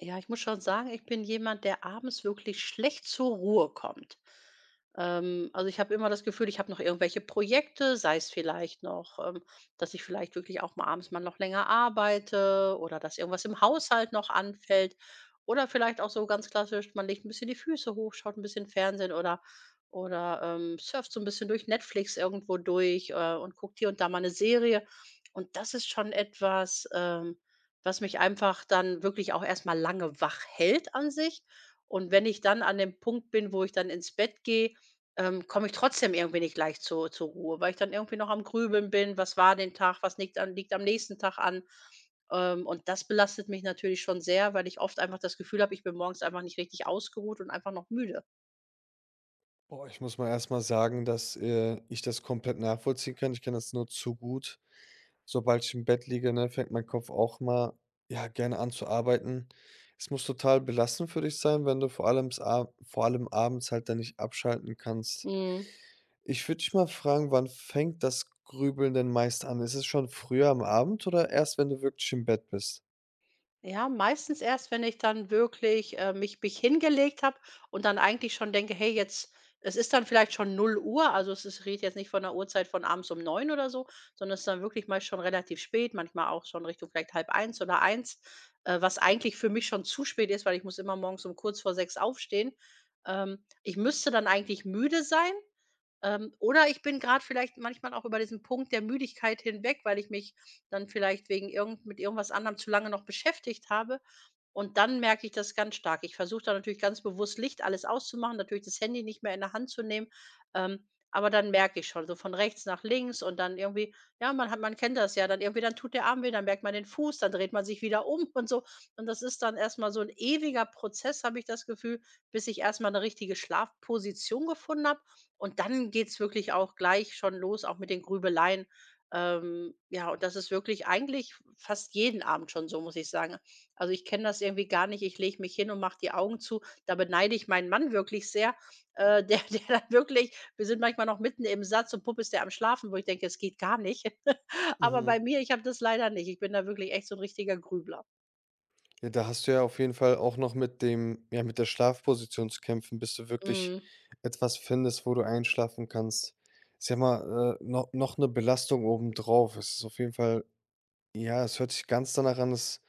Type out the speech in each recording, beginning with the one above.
Ja, ich muss schon sagen, ich bin jemand, der abends wirklich schlecht zur Ruhe kommt. Also ich habe immer das Gefühl, ich habe noch irgendwelche Projekte, sei es vielleicht, dass ich vielleicht wirklich auch mal abends mal noch länger arbeite oder dass irgendwas im Haushalt noch anfällt. Oder vielleicht auch so ganz klassisch, man legt ein bisschen die Füße hoch, schaut ein bisschen Fernsehen oder surft so ein bisschen durch Netflix irgendwo durch und guckt hier und da mal eine Serie. Und das ist schon etwas, was mich einfach dann wirklich auch erstmal lange wach hält an sich. Und wenn ich dann an dem Punkt bin, wo ich dann ins Bett gehe, komme ich trotzdem irgendwie nicht leicht zu zur Ruhe, weil ich dann irgendwie noch am Grübeln bin: „Was war den Tag? Was liegt am nächsten Tag an?“ Und das belastet mich natürlich schon sehr, weil ich oft einfach das Gefühl habe, ich bin morgens einfach nicht richtig ausgeruht und einfach noch müde. Boah, ich muss mal erst mal sagen, dass, ich das komplett nachvollziehen kann. Ich kann das nur zu gut. Sobald ich im Bett liege, ne, fängt mein Kopf auch mal, ja, gerne an zu arbeiten. Es muss total belastend für dich sein, wenn du vor allem abends halt dann nicht abschalten kannst. Mhm. Ich würde dich mal fragen, wann fängt das Grübeln denn meist an? Ist es schon früher am Abend oder erst, wenn du wirklich im Bett bist? Ja, meistens erst, wenn ich dann wirklich, mich hingelegt habe und dann eigentlich schon denke: „Hey, jetzt“, es ist dann vielleicht schon 0 Uhr, also es ist ich jetzt nicht von der Uhrzeit von abends um 9 oder so, sondern es ist dann wirklich mal schon relativ spät, manchmal auch schon Richtung vielleicht halb eins oder eins, was eigentlich für mich schon zu spät ist, weil ich muss immer morgens um kurz vor 6 aufstehen. Ich müsste dann eigentlich müde sein, oder ich bin gerade vielleicht manchmal auch über diesen Punkt der Müdigkeit hinweg, weil ich mich dann vielleicht wegen irgend mit irgendwas anderem zu lange noch beschäftigt habe. Und dann merke ich das ganz stark. Ich versuche dann natürlich ganz bewusst Licht alles auszumachen, natürlich das Handy nicht mehr in der Hand zu nehmen. Aber dann merke ich schon, so von rechts nach links und dann irgendwie, ja, man hat, man kennt das ja, dann irgendwie, dann tut der Arm weh, dann merkt man den Fuß, dann dreht man sich wieder um und so. Und das ist dann erstmal so ein ewiger Prozess, habe ich das Gefühl, bis ich erstmal eine richtige Schlafposition gefunden habe und dann geht's wirklich auch gleich schon los, auch mit den Grübeleien. Ja, und das ist wirklich eigentlich fast jeden Abend schon so, muss ich sagen. Also, ich kenne das irgendwie gar nicht. Ich lege mich hin und mache die Augen zu. Da beneide ich meinen Mann wirklich sehr, der der dann wirklich, wir sind manchmal noch mitten im Satz und pupp ist der am Schlafen, wo ich denke: „Es geht gar nicht.“ Aber bei Mhm. mir, ich habe das leider nicht. Ich bin da wirklich echt so ein richtiger Grübler. Ja, da hast du ja auf jeden Fall auch noch mit dem ja, mit der Schlafposition zu kämpfen, bis du wirklich Mhm. etwas findest, wo du einschlafen kannst. Ist ja mal, no noch eine Belastung obendrauf. Es ist auf jeden Fall ja, es hört sich ganz danach an, dass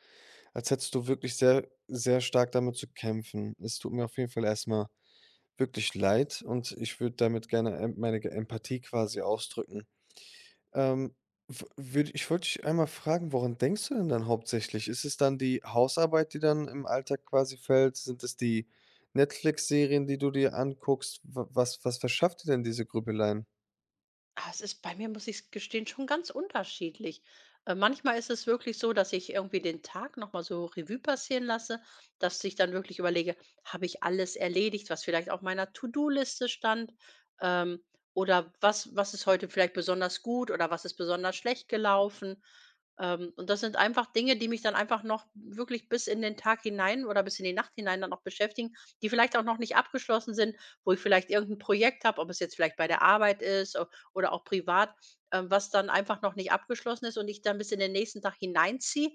als hättest du wirklich sehr sehr stark damit zu kämpfen. Es tut mir auf jeden Fall erst mal wirklich leid und ich würde damit gerne, meine Ge Empathie quasi ausdrücken. Ähm, w würde ich wollte dich einmal fragen, woran denkst du denn dann hauptsächlich? Ist es dann die Hausarbeit, die dann im Alltag quasi fällt? Sind es die Netflix-Serien, die du dir anguckst? Wa was was verschafft dir denn diese Grübeleien? Ah, es ist bei mir, muss ich gestehen, schon ganz unterschiedlich. Manchmal ist es wirklich so, dass ich irgendwie den Tag noch mal so Revue passieren lasse, dass ich dann wirklich überlege: „Habe ich alles erledigt, was vielleicht auf meiner To-do-Liste stand?“ Ähm, oder was ist heute vielleicht besonders gut oder was ist besonders schlecht gelaufen? Und das sind einfach Dinge, die mich dann einfach noch wirklich bis in den Tag hinein oder bis in die Nacht hinein dann noch beschäftigen, die vielleicht auch noch nicht abgeschlossen sind, wo ich vielleicht irgendein Projekt habe, ob es jetzt vielleicht bei der Arbeit ist oder auch privat, was dann einfach noch nicht abgeschlossen ist und ich dann bis in den nächsten Tag hineinziehe.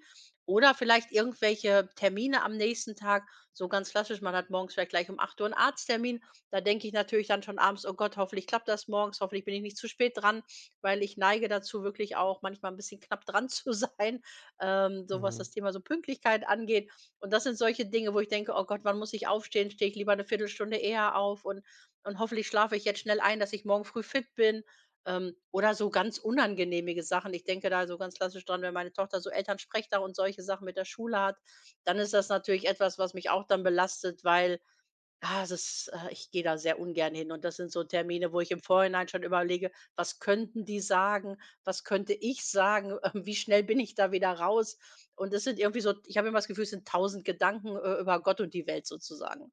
Oder vielleicht irgendwelche Termine am nächsten Tag, so ganz klassisch, man hat morgens vielleicht gleich um 8 Uhr einen Arzttermin. Da denke ich natürlich dann schon abends, oh Gott, hoffentlich klappt das morgens, hoffentlich bin ich nicht zu spät dran, weil ich neige dazu, wirklich auch manchmal ein bisschen knapp dran zu sein, so was Mhm. das Thema so Pünktlichkeit angeht. Und das sind solche Dinge, wo ich denke, oh Gott, wann muss ich aufstehen? Stehe ich lieber eine Viertelstunde eher auf, und hoffentlich schlafe ich jetzt schnell ein, dass ich morgen früh fit bin. Oder so ganz unangenehmige Sachen. Ich denke da so ganz klassisch dran, wenn meine Tochter so Elternsprechtag und solche Sachen mit der Schule hat, dann ist das natürlich etwas, was mich auch dann belastet, weil, ah, es ist, ich gehe da sehr ungern hin und das sind so Termine, wo ich im Vorhinein schon überlege: „Was könnten die sagen? Was könnte ich sagen? Wie schnell bin ich da wieder raus?“ Und es sind irgendwie so, ich habe immer das Gefühl, es sind tausend Gedanken, über Gott und die Welt sozusagen.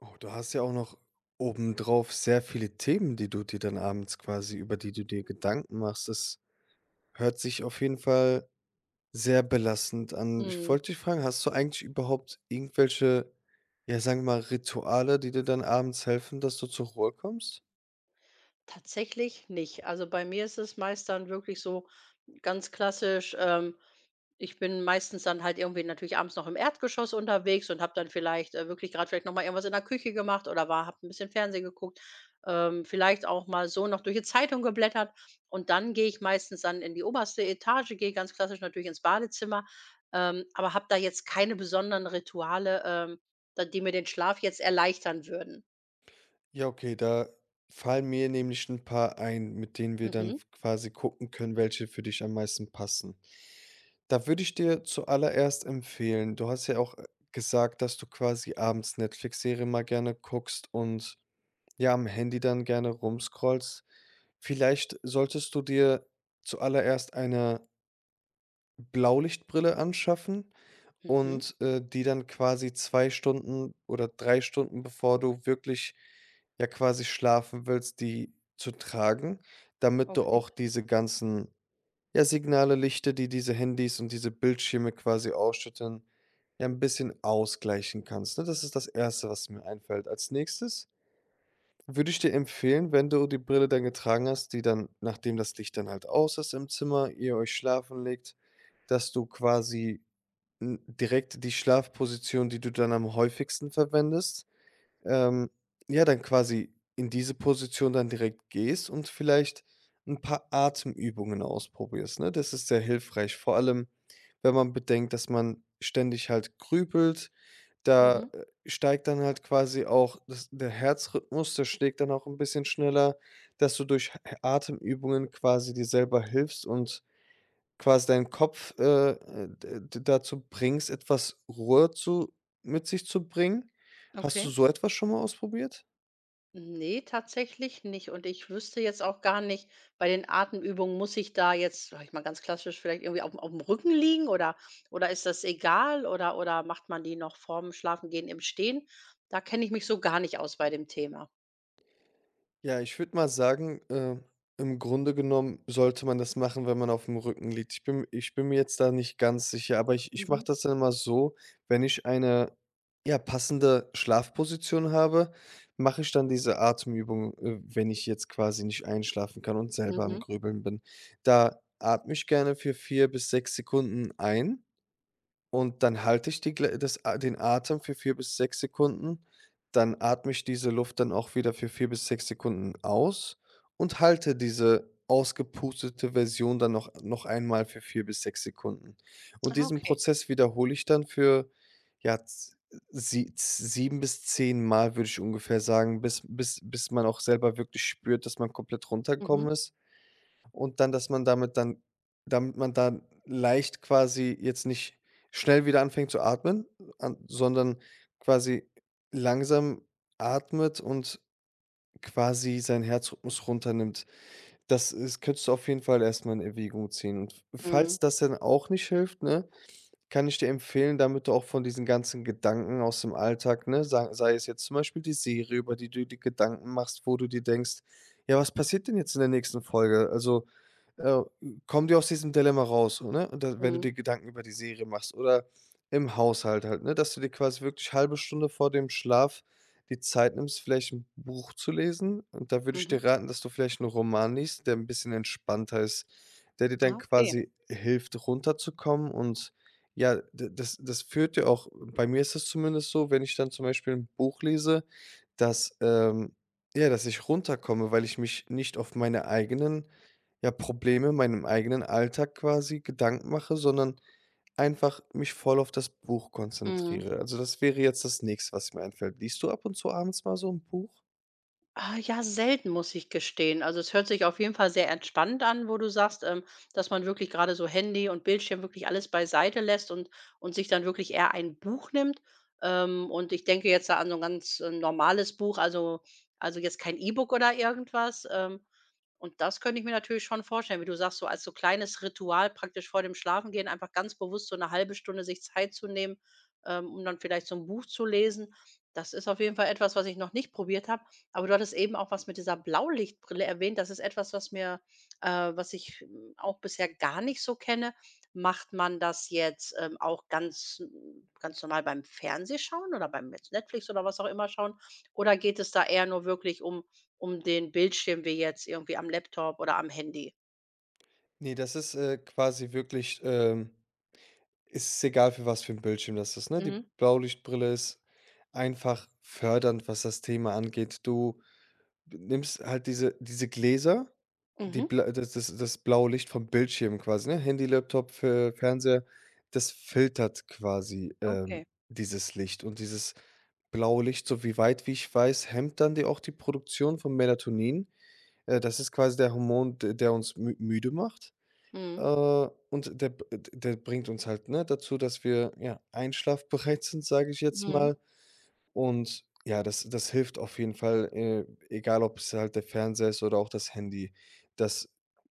Oh, du hast ja auch noch obendrauf sehr viele Themen, die du dir dann abends quasi über die du dir Gedanken machst. Das hört sich auf jeden Fall sehr belastend an. Ich Mhm. wollte dich fragen, hast du eigentlich überhaupt irgendwelche, ja, sagen wir mal, Rituale, die dir dann abends helfen, dass du zur Ruhe kommst? Tatsächlich nicht. Also bei mir ist es meist dann wirklich so ganz klassisch. Ich bin meistens dann halt irgendwie natürlich abends noch im Erdgeschoss unterwegs und habe dann vielleicht wirklich gerade vielleicht nochmal irgendwas in der Küche gemacht oder war, habe ein bisschen Fernsehen geguckt, vielleicht auch mal so noch durch die Zeitung geblättert. Und dann gehe ich meistens dann in die oberste Etage, gehe ganz klassisch natürlich ins Badezimmer, aber habe da jetzt keine besonderen Rituale, die mir den Schlaf jetzt erleichtern würden. Ja, okay, da fallen mir nämlich ein paar ein, mit denen wir dann Mhm. quasi gucken können, welche für dich am meisten passen. Da würde ich dir zuallererst empfehlen, du hast ja auch, gesagt, dass du quasi abends Netflix-Serien mal gerne guckst und, ja, am Handy dann gerne rumscrollst. Vielleicht solltest du dir zuallererst eine Blaulichtbrille anschaffen Mhm. und, die dann quasi 2 Stunden oder 3 Stunden, bevor du wirklich, ja, quasi schlafen willst, die zu tragen, damit du Okay. auch diese ganzen, ja, Signale, Lichter, die diese Handys und diese Bildschirme quasi ausschütten, ja 'n bisschen ausgleichen kannst, ne? Das ist das Erste, was mir einfällt. Als Nächstes würde ich dir empfehlen, wenn du die Brille dann getragen hast, die dann, nachdem das Licht dann halt aus ist im Zimmer, ihr euch schlafen legt, dass du quasi direkt die Schlafposition, die du dann am häufigsten verwendest, ähm, ja, dann quasi in diese Position dann direkt gehst und vielleicht ein paar Atemübungen ausprobierst, ne? Das ist sehr hilfreich, vor allem, wenn man bedenkt, dass man ständig halt grübelt. Da, Mhm. Steigt dann halt quasi auch das der Herzrhythmus, der schlägt dann auch ein bisschen schneller, dass du durch H Atemübungen quasi dir selber hilfst und quasi deinen Kopf, d d dazu bringst, etwas Ruhe zu mit sich zu bringen. Hast du Okay. so etwas schon mal ausprobiert? Nee, tatsächlich nicht. Und ich wüsste jetzt auch gar nicht, bei den Atemübungen muss ich da jetzt, sag ich mal ganz klassisch, vielleicht irgendwie auf dem Rücken liegen oder ist das egal oder macht man die noch vorm Schlafengehen im Stehen? Da kenne ich mich so gar nicht aus bei dem Thema. Ja, ich würde mal sagen, im Grunde genommen sollte man das machen, wenn man auf dem Rücken liegt. Ich bin mir jetzt da nicht ganz sicher, aber ich mache Mhm. das dann immer so, wenn ich eine, ja, passende Schlafposition habe, mache ich dann diese Atemübung, wenn ich jetzt quasi nicht einschlafen kann und selber am Mhm. Grübeln bin. Da atme ich gerne für 4 bis 6 Sekunden ein und dann halte ich die gl das a den Atem für 4 bis 6 Sekunden, dann atme ich diese Luft dann auch wieder für 4 bis 6 Sekunden aus und halte diese ausgepustete Version dann noch einmal für 4 bis 6 Sekunden. Und Ah, diesen okay. Prozess wiederhole ich dann für, ja, z sie 7 bis 10 Mal, würde ich ungefähr sagen, bis man auch selber wirklich spürt, dass man komplett runtergekommen Mhm. ist und dann, dass man damit dann damit man dann leicht quasi jetzt nicht schnell wieder anfängt zu atmen, an sondern quasi langsam atmet und quasi seinen Herzrhythmus runternimmt. Das ist könntest du auf jeden Fall erstmal in Erwägung ziehen. Und Mhm. falls das dann auch nicht hilft, ne, kann ich dir empfehlen, damit du auch von diesen ganzen Gedanken aus dem Alltag, ne, sa sei es jetzt zum Beispiel die Serie, über die du die Gedanken machst, wo du dir denkst: „Ja, was passiert denn jetzt in der nächsten Folge?" Also, äh, komm dir aus diesem Dilemma raus, so, ne? Und da, wenn du Mhm. dir Gedanken über die Serie machst oder im Haushalt halt, ne, dass du dir quasi wirklich halbe Stunde vor dem Schlaf die Zeit nimmst, vielleicht ein Buch zu lesen. Und da würde ich dir Mhm. raten, dass du vielleicht einen Roman liest, der ein bisschen entspannter ist, der dir dann Ah, okay. quasi hilft, runterzukommen. Und ja, d das das führt, ja auch bei mir ist es zumindest so, wenn ich dann zum Beispiel ein Buch lese, dass, ja, dass ich runterkomme, weil ich mich nicht auf meine eigenen, ja, Probleme, meinem eigenen Alltag quasi Gedanken mache, sondern einfach mich voll auf das Buch Mhm. konzentriere. Also, das wäre jetzt das Nächste, was mir einfällt. Liest du ab und zu abends mal so ein Buch? Ah, ja, selten, muss ich gestehen. Also, es hört sich auf jeden Fall sehr entspannt an, wo du sagst, dass man wirklich gerade so Handy und Bildschirm wirklich alles beiseite lässt und sich dann wirklich eher ein Buch nimmt. Und ich denke jetzt da an so ein ganz, normales Buch, also jetzt kein E-Book oder irgendwas. Und das könnte ich mir natürlich schon vorstellen, wie du sagst, so als so kleines Ritual praktisch vor dem Schlafengehen einfach ganz bewusst so eine halbe Stunde sich Zeit zu nehmen, um dann vielleicht so ein Buch zu lesen. Das ist auf jeden Fall etwas, was ich noch nicht probiert habe. Aber du hattest eben auch was mit dieser Blaulichtbrille erwähnt. Das ist etwas, was mir was ich auch bisher gar nicht so kenne. Macht man das jetzt, auch ganz n ganz normal beim Fernsehschauen oder beim jetzt Netflix oder was auch immer schauen? Oder geht es da eher nur wirklich um um den Bildschirm wie jetzt irgendwie am Laptop oder am Handy? Ne, das ist, quasi wirklich, ist es egal, für was für ein Bildschirm das ist, ne? Die Mhm, Blaulichtbrille ist einfach fördernd, was das Thema angeht. Du nimmst halt diese Gläser, die mhm, bla das das das blaue Licht vom Bildschirm quasi, ne? Handy, Laptop, Fe Fernseher, das filtert quasi, okay. dieses Licht und dieses blaue Licht, so wie weit wie ich weiß, hemmt dann die auch die Produktion von Melatonin. Das ist quasi der Hormon, d der uns mü müde macht. Mhm. Und der bringt uns halt, ne, dazu, dass wir, ja, einschlafbereit sind, sage ich jetzt Mhm. mal. Und ja, das hilft auf jeden Fall, egal ob es halt der Fernseher ist oder auch das Handy. Das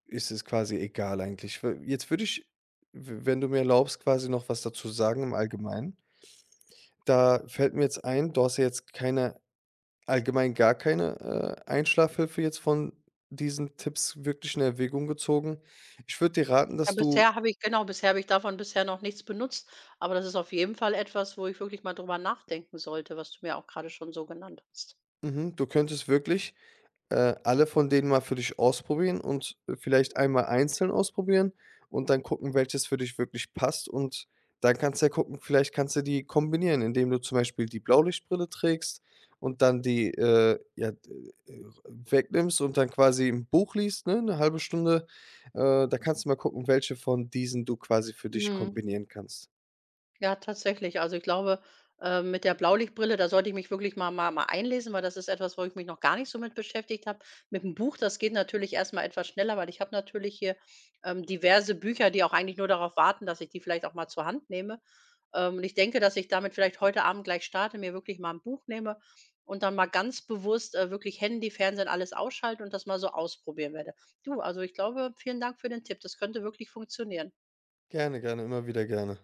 ist es quasi egal eigentlich. W Jetzt würde ich, w wenn du mir erlaubst, quasi noch was dazu sagen im Allgemeinen. Da fällt mir jetzt ein, du hast ja jetzt keine allgemein gar keine, Einschlafhilfe jetzt von diesen Tipps wirklich in Erwägung gezogen. Ich würde dir raten, Ja, dass du… bisher habe ich genau, bisher habe ich davon bisher noch nichts benutzt, aber das ist auf jeden Fall etwas, wo ich wirklich mal drüber nachdenken sollte, was du mir auch gerade schon so genannt hast. Mhm, du könntest wirklich, alle von denen mal für dich ausprobieren und vielleicht einmal einzeln ausprobieren und dann gucken, welches für dich wirklich passt. Und dann kannst du ja gucken, vielleicht kannst du die kombinieren, indem du zum Beispiel die Blaulichtbrille trägst und dann die, ja, d wegnimmst und dann quasi ein Buch liest, ne, eine halbe Stunde. Da kannst du mal gucken, welche von diesen du quasi für dich Mhm. kombinieren kannst. Ja, tatsächlich. Also, ich glaube, mit der Blaulichtbrille, da sollte ich mich wirklich mal einlesen, weil das ist etwas, wo ich mich noch gar nicht so mit beschäftigt habe. Mit dem Buch, das geht natürlich erst mal etwas schneller, weil ich habe natürlich hier, diverse Bücher, die auch eigentlich nur darauf warten, dass ich die vielleicht auch mal zur Hand nehme. Und ich denke, dass ich damit vielleicht heute Abend gleich starte, mir wirklich mal ein Buch nehme und dann mal ganz bewusst, wirklich Handy, Fernsehen, alles ausschalte und das mal so ausprobieren werde. Du, also, ich glaube, vielen Dank für den Tipp. Das könnte wirklich funktionieren. Gerne, gerne, immer wieder gerne.